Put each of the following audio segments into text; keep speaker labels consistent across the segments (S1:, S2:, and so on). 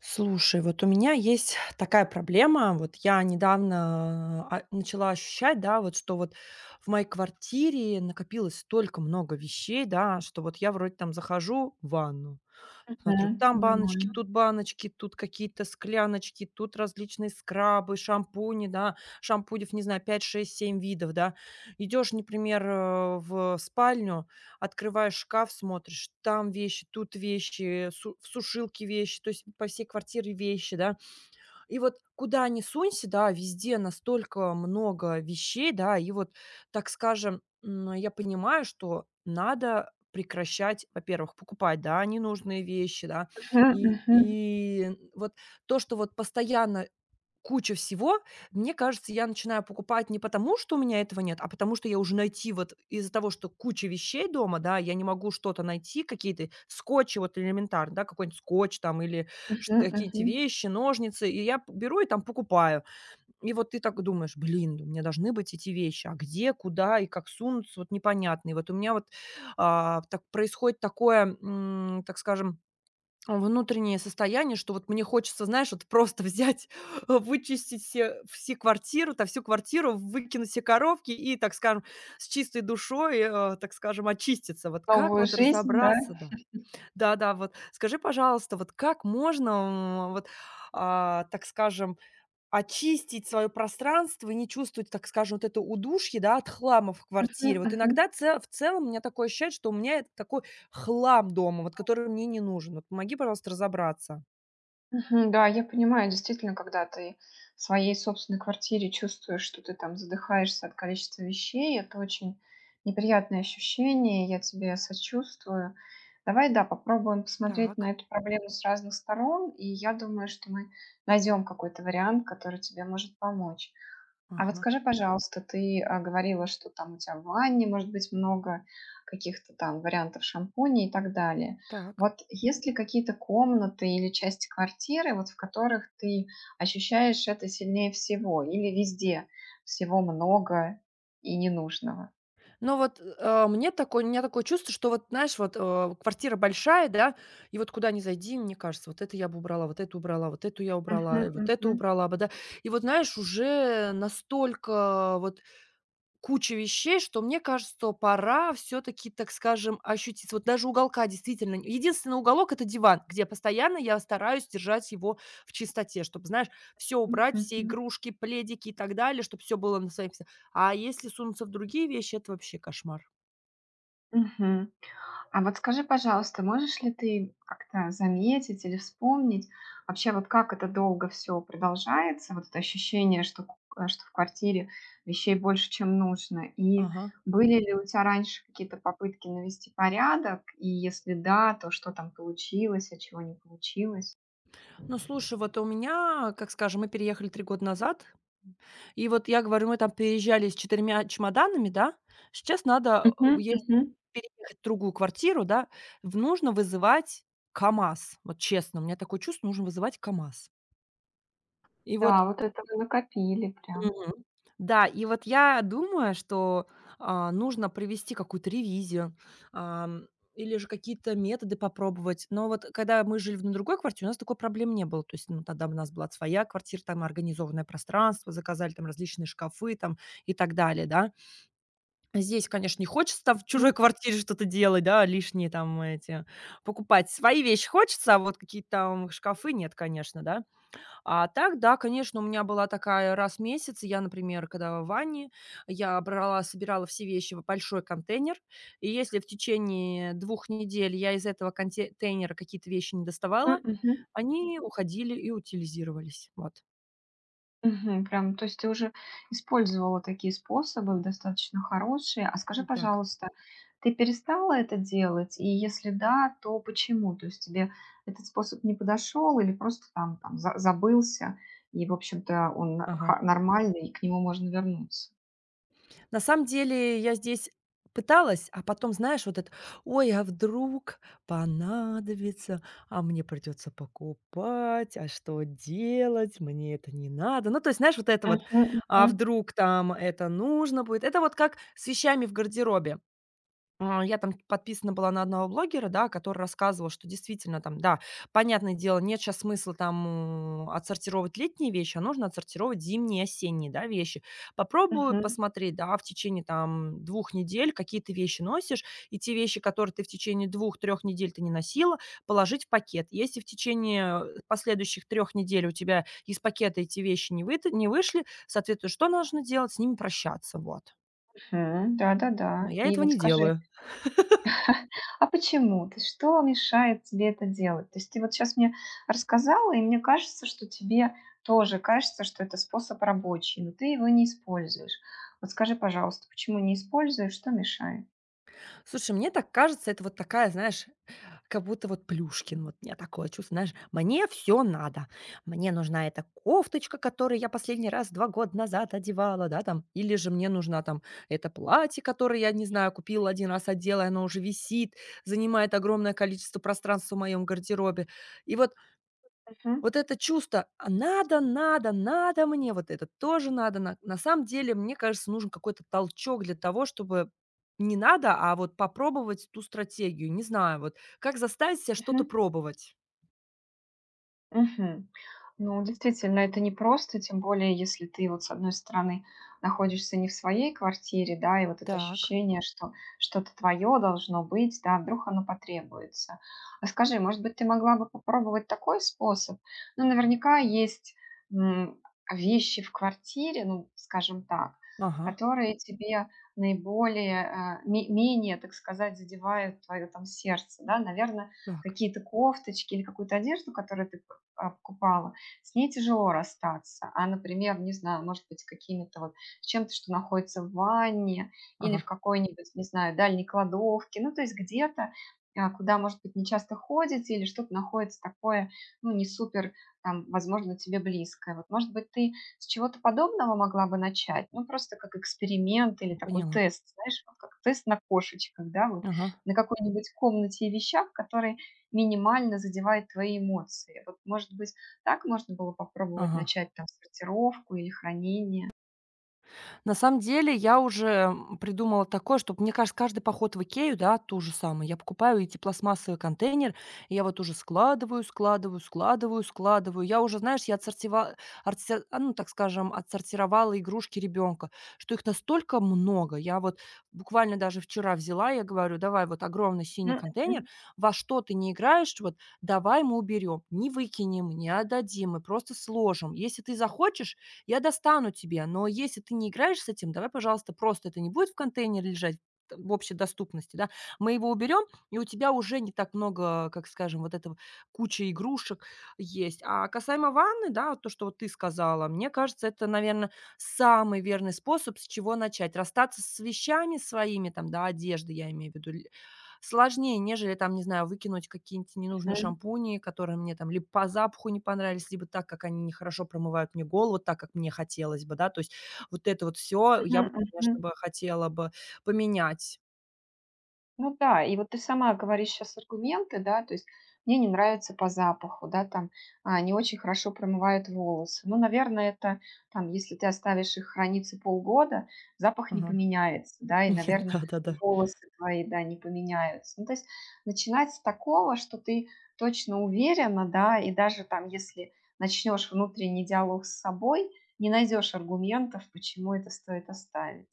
S1: Слушай, вот у меня есть такая проблема. Вот я недавно начала ощущать, да, вот что вот в моей квартире накопилось столько много вещей, да, что вот я вроде там захожу в ванну. Смотрю,
S2: Мгм,
S1: там
S2: понимаю.
S1: баночки, тут какие-то скляночки, тут различные скрабы, шампуни, да, шампунев, не знаю, 5, 6, 7 видов, да. Идешь, например, в спальню, открываешь шкаф, смотришь, там вещи, тут вещи, в сушилке вещи, то есть по всей квартире вещи, да. И вот куда ни сунься, да, везде настолько много вещей, да, и вот, так скажем, я понимаю, что надо прекращать, во-первых, покупать, да, ненужные вещи, да,
S2: Мгм,
S1: и,
S2: мгм,
S1: и вот то, что вот постоянно куча всего. Мне кажется, я начинаю покупать не потому, что у меня этого нет, а потому что я уже найти вот из-за того, что куча вещей дома, да, я не могу что-то найти, какие-то скотчи вот элементарно, да, какой-нибудь скотч там или
S2: мгм,
S1: какие то
S2: мгм.
S1: вещи, ножницы, и беру и там покупаю. И вот ты так думаешь, блин, да у меня должны быть эти вещи, а где, куда и как сунуться, вот непонятно. И вот у меня вот так происходит такое, так скажем, внутреннее состояние, что вот мне хочется, знаешь, вот просто взять, вычистить все все квартиру, то всю квартиру, выкинуть все коробки и, так скажем, с чистой душой, так скажем, очиститься. Вот как
S2: Новую
S1: вот
S2: жизнь, да?
S1: разобраться, да? Да-да, вот скажи, пожалуйста, вот как можно, м, вот, так скажем, очистить свое пространство и не чувствовать, так скажем, вот это удушье, да, от хлама в
S2: Мгм,
S1: квартире. Вот
S2: мгм,
S1: иногда це в целом у меня такое ощущение, что у меня это такой хлам дома, вот который мне не нужен. Вот помоги, пожалуйста, разобраться.
S2: мгм. Да, я понимаю, действительно, когда ты в своей собственной квартире чувствуешь, что ты там задыхаешься от количества вещей, это очень неприятное ощущение, я тебе сочувствую. Давай, да, попробуем посмотреть на
S1: Так.
S2: эту проблему с разных сторон, и я думаю, что мы найдем какой-то вариант, который тебе может помочь. А вот
S1: Ага.
S2: скажи, пожалуйста, ты, говорила, что там у тебя в ванне может быть много каких-то там вариантов шампуней и так далее.
S1: Так.
S2: Вот есть ли какие-то комнаты или части квартиры, вот в которых ты ощущаешь это сильнее всего? Или везде всего много и ненужного?
S1: Но вот, мне такое у меня такое чувство, что вот, знаешь, вот, квартира большая, да, и вот куда ни зайди, мне кажется, вот это я бы убрала, вот это убрала, вот эту я убрала, и
S2: Мгм,
S1: вот это
S2: мгм,
S1: убрала бы, да. И вот, знаешь, уже настолько вот куча вещей, что мне кажется, что пора все таки так скажем, ощутить. Вот даже уголка действительно н единственный уголок — это диван, где постоянно я стараюсь держать его в чистоте, чтобы, знаешь, все убрать, все
S2: мгм,
S1: игрушки, пледики и так далее, чтобы все было на своих местах. А если сунуться в другие вещи, это вообще кошмар.
S2: мгм. А вот скажи, пожалуйста, можешь ли ты как-то заметить или вспомнить вообще, вот как это долго все продолжается, вот это ощущение, что что в квартире вещей больше, чем нужно? И
S1: Ага.
S2: были ли у тебя раньше какие-то попытки навести порядок? И если да, то что там получилось, а чего не получилось?
S1: Ну, слушай, вот у меня, как скажем, мы переехали 3 года назад. И вот я говорю, мы там переезжали с четырьмя чемоданами, да. Сейчас надо,
S2: Мгм,
S1: э, есть
S2: мгм.
S1: переехать в другую квартиру, да, в нужно вызывать КАМАЗ. Вот честно, у меня такое чувство, нужно вызывать КАМАЗ. И вот.
S2: Да, вот это вы накопили прям.
S1: Мгм. Да, и вот я думаю, что, нужно провести какую-то ревизию, ам, или же какие-то методы попробовать. Но вот когда мы жили в на другой квартире, у нас такой проблем не было. То есть, ну, тогда у нас была своя квартира, там организованное пространство, заказали там различные шкафы там и так далее, да. Здесь, конечно, не хочется там в чужой
S2: М,
S1: квартире что-то делать, да, лишние там эти покупать. Свои вещи хочется, а вот какие-то там шкафы нет, конечно, да. А так, да, конечно, у меня была такая раз в месяц. Я, например, когда в ванне, я брала, собирала все вещи в большой контейнер. И если в течение 2 недель я из этого контейнера какие-то вещи не
S2: м,
S1: доставала,
S2: мгм.
S1: они уходили и утилизировались. Вот.
S2: Мгм. Прям, то есть ты уже использовала такие способы, достаточно хорошие. А скажи,
S1: Вот так.
S2: пожалуйста, ты перестала это делать? И если да, то почему? То есть тебе этот способ не подошел или просто там, забылся, и, в общем-то, он
S1: Ага.
S2: нормальный, и к нему можно вернуться?
S1: На самом деле я здесь пыталась, а потом, знаешь, вот это: «Ой, а вдруг понадобится, а мне придется покупать, а что делать? Мне это не надо». Ну, то есть, знаешь, вот это
S2: Мгм,
S1: вот: «А
S2: мгм,
S1: вдруг там это нужно будет?» Это вот как с вещами в гардеробе. Я там подписана была на одного блогера, да, который рассказывал, что действительно там, да, понятное дело, нет сейчас смысла там, отсортировать летние вещи, а нужно отсортировать зимние и осенние, да, вещи. Попробуй
S2: мгм.
S1: посмотреть, да, в течение там 2 недель, какие ты вещи носишь, и те вещи, которые ты в течение 2-3 недель ты не носила, положить в пакет. Если в течение, последующих 3 недель у тебя из пакета эти вещи не вышли, соответственно, что нужно делать? С ними прощаться, вот.
S2: Мгм.
S1: Но
S2: Да-да-да.
S1: я
S2: И
S1: этого
S2: вот
S1: не
S2: скажи,
S1: делаю.
S2: а почему? То есть что мешает тебе это делать? То есть ты вот сейчас мне рассказала, и мне кажется, что тебе тоже кажется, что это способ рабочий, но ты его не используешь. Вот скажи, пожалуйста, почему не используешь, что мешает?
S1: Слушай, мне так кажется, это вот такая, знаешь, как будто вот Плюшкин, вот у меня такое чувство, знаешь, мне все надо. Мне нужна эта кофточка, которую я последний раз 2 года назад одевала, да, там, или же мне нужна там это платье, которое я, не знаю, купила один раз, одела, и оно уже висит, занимает огромное количество пространства в моем гардеробе. И вот
S2: Мгм.
S1: вот это чувство: «А надо, надо, надо мне, вот это тоже надо». На самом деле, мне кажется, нужен какой-то толчок для того, чтобы не надо, а вот попробовать ту стратегию. Не знаю, вот как заставить себя что-то
S2: Мгм.
S1: пробовать?
S2: Мгм. Ну, действительно, это непросто, тем более, если ты вот с одной стороны находишься не в своей квартире, да, и вот это
S1: Так.
S2: ощущение, что что-то твое должно быть, да, вдруг оно потребуется. А скажи, может быть, ты могла бы попробовать такой способ? Ну, наверняка есть м, вещи в квартире, ну, скажем так,
S1: Ага.
S2: которые тебе менее, так сказать, задевают твое там сердце, да, наверное,
S1: Так.
S2: какие-то кофточки или какую-то одежду, которую ты покупала, с ней тяжело расстаться. А, например, не знаю, может быть, какими-то вот чем-то, что находится в ванне или в
S1: Ага.
S2: какой-нибудь, не знаю, дальней кладовке, ну, то есть где-то, куда, может быть, не часто ходите или что-то находится такое, ну, не супер, там, возможно, тебе близкое. Вот, может быть, ты с чего-то подобного могла бы начать, ну, просто как эксперимент или такой
S1: Поняла.
S2: тест, знаешь, вот как тест на кошечках, да, вот,
S1: Ага.
S2: на какой-нибудь комнате и вещах, которые минимально задевают твои эмоции. Вот, может быть, так можно было попробовать
S1: Ага.
S2: начать там сортировку или хранение.
S1: На самом деле я уже придумала такое, чтобы, мне кажется, каждый поход в «Икею», да, то же самое. Я покупаю эти пластмассовый контейнер, и я вот уже складываю, складываю, складываю, складываю. Я уже, знаешь, я отсортива артсо а, ну, так скажем, отсортировала игрушки ребенка, что их настолько много. Я вот буквально даже вчера взяла, я говорю: «Давай вот огромный синий
S2: Мгм,
S1: контейнер,
S2: мгм,
S1: во что ты не играешь, вот давай мы уберем, не выкинем, не отдадим, мы просто сложим. Если ты захочешь, я достану тебе, но если ты не играешь с этим, давай, пожалуйста, просто это не будет в контейнере лежать т в общей доступности, да, мы его уберем, и у тебя уже не так много, как скажем, вот этого куча игрушек есть». А касаемо ванны, да, вот то, что вот ты сказала, мне кажется, это, наверное, самый верный способ, с чего начать. Расстаться с вещами своими, там, да, одежды, я имею в виду, сложнее, нежели там, не знаю, выкинуть какие-нибудь ненужные
S2: мгм,
S1: шампуни, которые мне там либо по запаху не понравились, либо так, как они нехорошо промывают мне голову, вот так, как мне хотелось бы, да. То есть вот это вот все, я бы, конечно
S2: мгм,
S1: бы, хотела бы поменять.
S2: Ну да, и вот ты сама говоришь сейчас аргументы, да, то есть мне не нравится по запаху, да, там не очень хорошо промывают волосы. Ну, наверное, это там, если ты оставишь их храниться полгода, запах не
S1: Мгм.
S2: поменяется, да, и,
S1: Нет,
S2: наверное,
S1: да-да-да.
S2: волосы твои, да, не поменяются. Ну, то есть начинать с такого, что ты точно уверена, да, и даже там, если начнешь внутренний диалог с собой, не найдешь аргументов, почему это стоит оставить.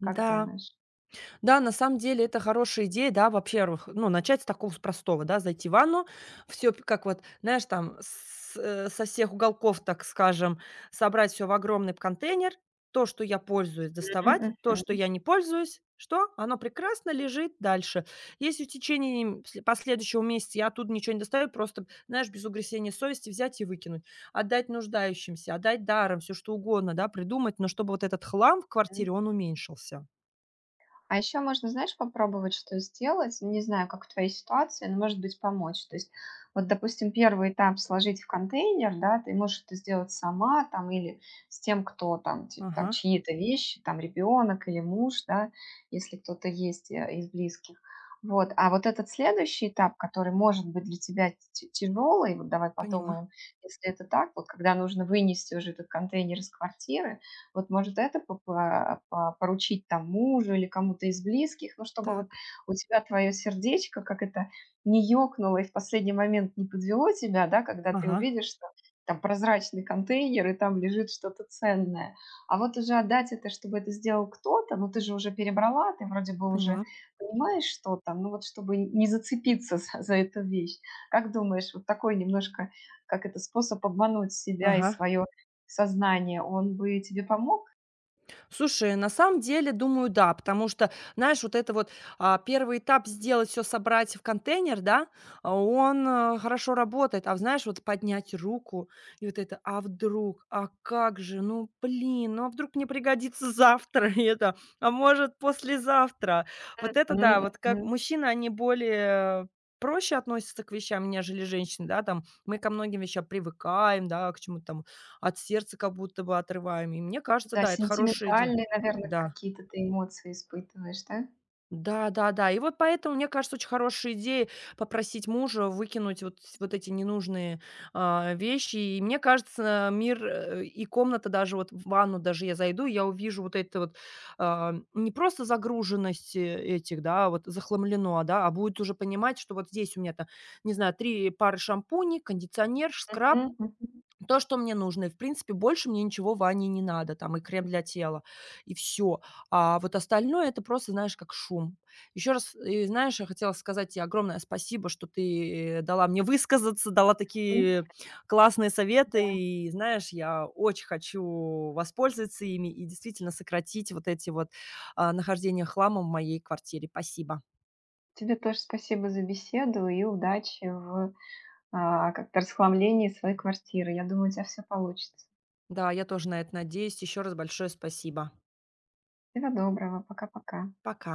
S2: Как
S1: Да.
S2: думаешь?
S1: Да, на самом деле это хорошая идея, да, вообще, рох ну, начать с такого, с простого, да, зайти в ванну, все, как вот, знаешь, там с со всех уголков, так скажем, собрать все в огромный контейнер, то, что я пользуюсь, доставать, то, что
S2: Мгм,
S1: я не пользуюсь, что? Оно прекрасно лежит дальше. Если в течение, м, пс последующего месяца я оттуда ничего не достаю, просто, знаешь, без угресения совести взять и выкинуть. Отдать нуждающимся, отдать даром, все что угодно, да, придумать, но чтобы вот этот хлам в
S2: мгм.
S1: квартире, он уменьшился.
S2: А еще можно, знаешь, попробовать что сделать. Не знаю, как в твоей ситуации, но, может быть, помочь. То есть, вот, допустим, первый этап сложить в контейнер, да, ты можешь это сделать сама там или с тем, кто там, там
S1: Ага.
S2: чьи-то вещи, там ребенок или муж, да, если кто-то есть из близких. Вот. А вот этот следующий этап, который может быть для тебя тяжелый, вот давай
S1: Поняла.
S2: подумаем, если это так, вот когда нужно вынести уже этот контейнер из квартиры, вот, может, это по поручить там мужу или кому-то из близких, ну, чтобы вот
S1: Так.
S2: у тебя твое сердечко, как это, не ёкнуло и в последний момент не подвело тебя, да, когда ты
S1: Ага.
S2: увидишь, что там прозрачный контейнер и там лежит что-то ценное. А вот уже отдать это, чтобы это сделал кто-то, ну, ты же уже перебрала, ты вроде бы уже
S1: Поняла.
S2: понимаешь, что там, ну, вот чтобы не зацепиться за, за эту вещь. Как думаешь, вот такой немножко, как это, способ обмануть себя и
S1: Ага.
S2: свое сознание, он бы тебе помог?
S1: Слушай, на самом деле, думаю, да, потому что, знаешь, вот это вот первый этап сделать все, собрать в контейнер, да, он хорошо работает. А знаешь, вот поднять руку и вот это, а вдруг, а как же, ну блин, ну а вдруг мне пригодится завтра это, а может послезавтра. Вот это
S2: Мгм,
S1: да, вот как
S2: мгм.
S1: мужчины, они более проще относятся к вещам, нежели женщины, да, там мы ко многим вещам привыкаем, да, к чему-то там от сердца как будто бы отрываем. И мне кажется,
S2: Да,
S1: да, это хорошая идея.
S2: сентиментальные, наверное,
S1: Да.
S2: какие-то ты эмоции испытываешь, да?
S1: Да-да-да. И вот поэтому, мне кажется, очень хорошая идея попросить мужа выкинуть вот с вот эти ненужные, вещи. И мне кажется, мир, и комната даже вот в ванну даже я зайду, я увижу вот это вот, не просто загруженность, этих, да, вот захламлено, да, а будет уже понимать, что вот здесь у меня там, не знаю, 3 пары шампуней, кондиционер,
S2: Мгм,
S1: скраб,
S2: мгм,
S1: то, что мне нужно. И, в принципе, больше мне ничего в ванне не надо. Там и крем для тела, и все. А вот остальное — это просто, знаешь, как шум. Еще раз, и знаешь, я хотела сказать тебе огромное спасибо, что ты, дала мне высказаться, дала
S2: мгм.
S1: такие классные советы. И знаешь, я очень хочу воспользоваться ими и действительно сократить вот эти вот, нахождение хлама в моей квартире. Спасибо.
S2: Тебе тоже спасибо за беседу и удачи в, как-то расхламлении своей квартиры. Я думаю, у тебя все получится.
S1: Да, я тоже на это надеюсь. Еще раз большое спасибо.
S2: Всего доброго. Пока-пока.
S1: Пока.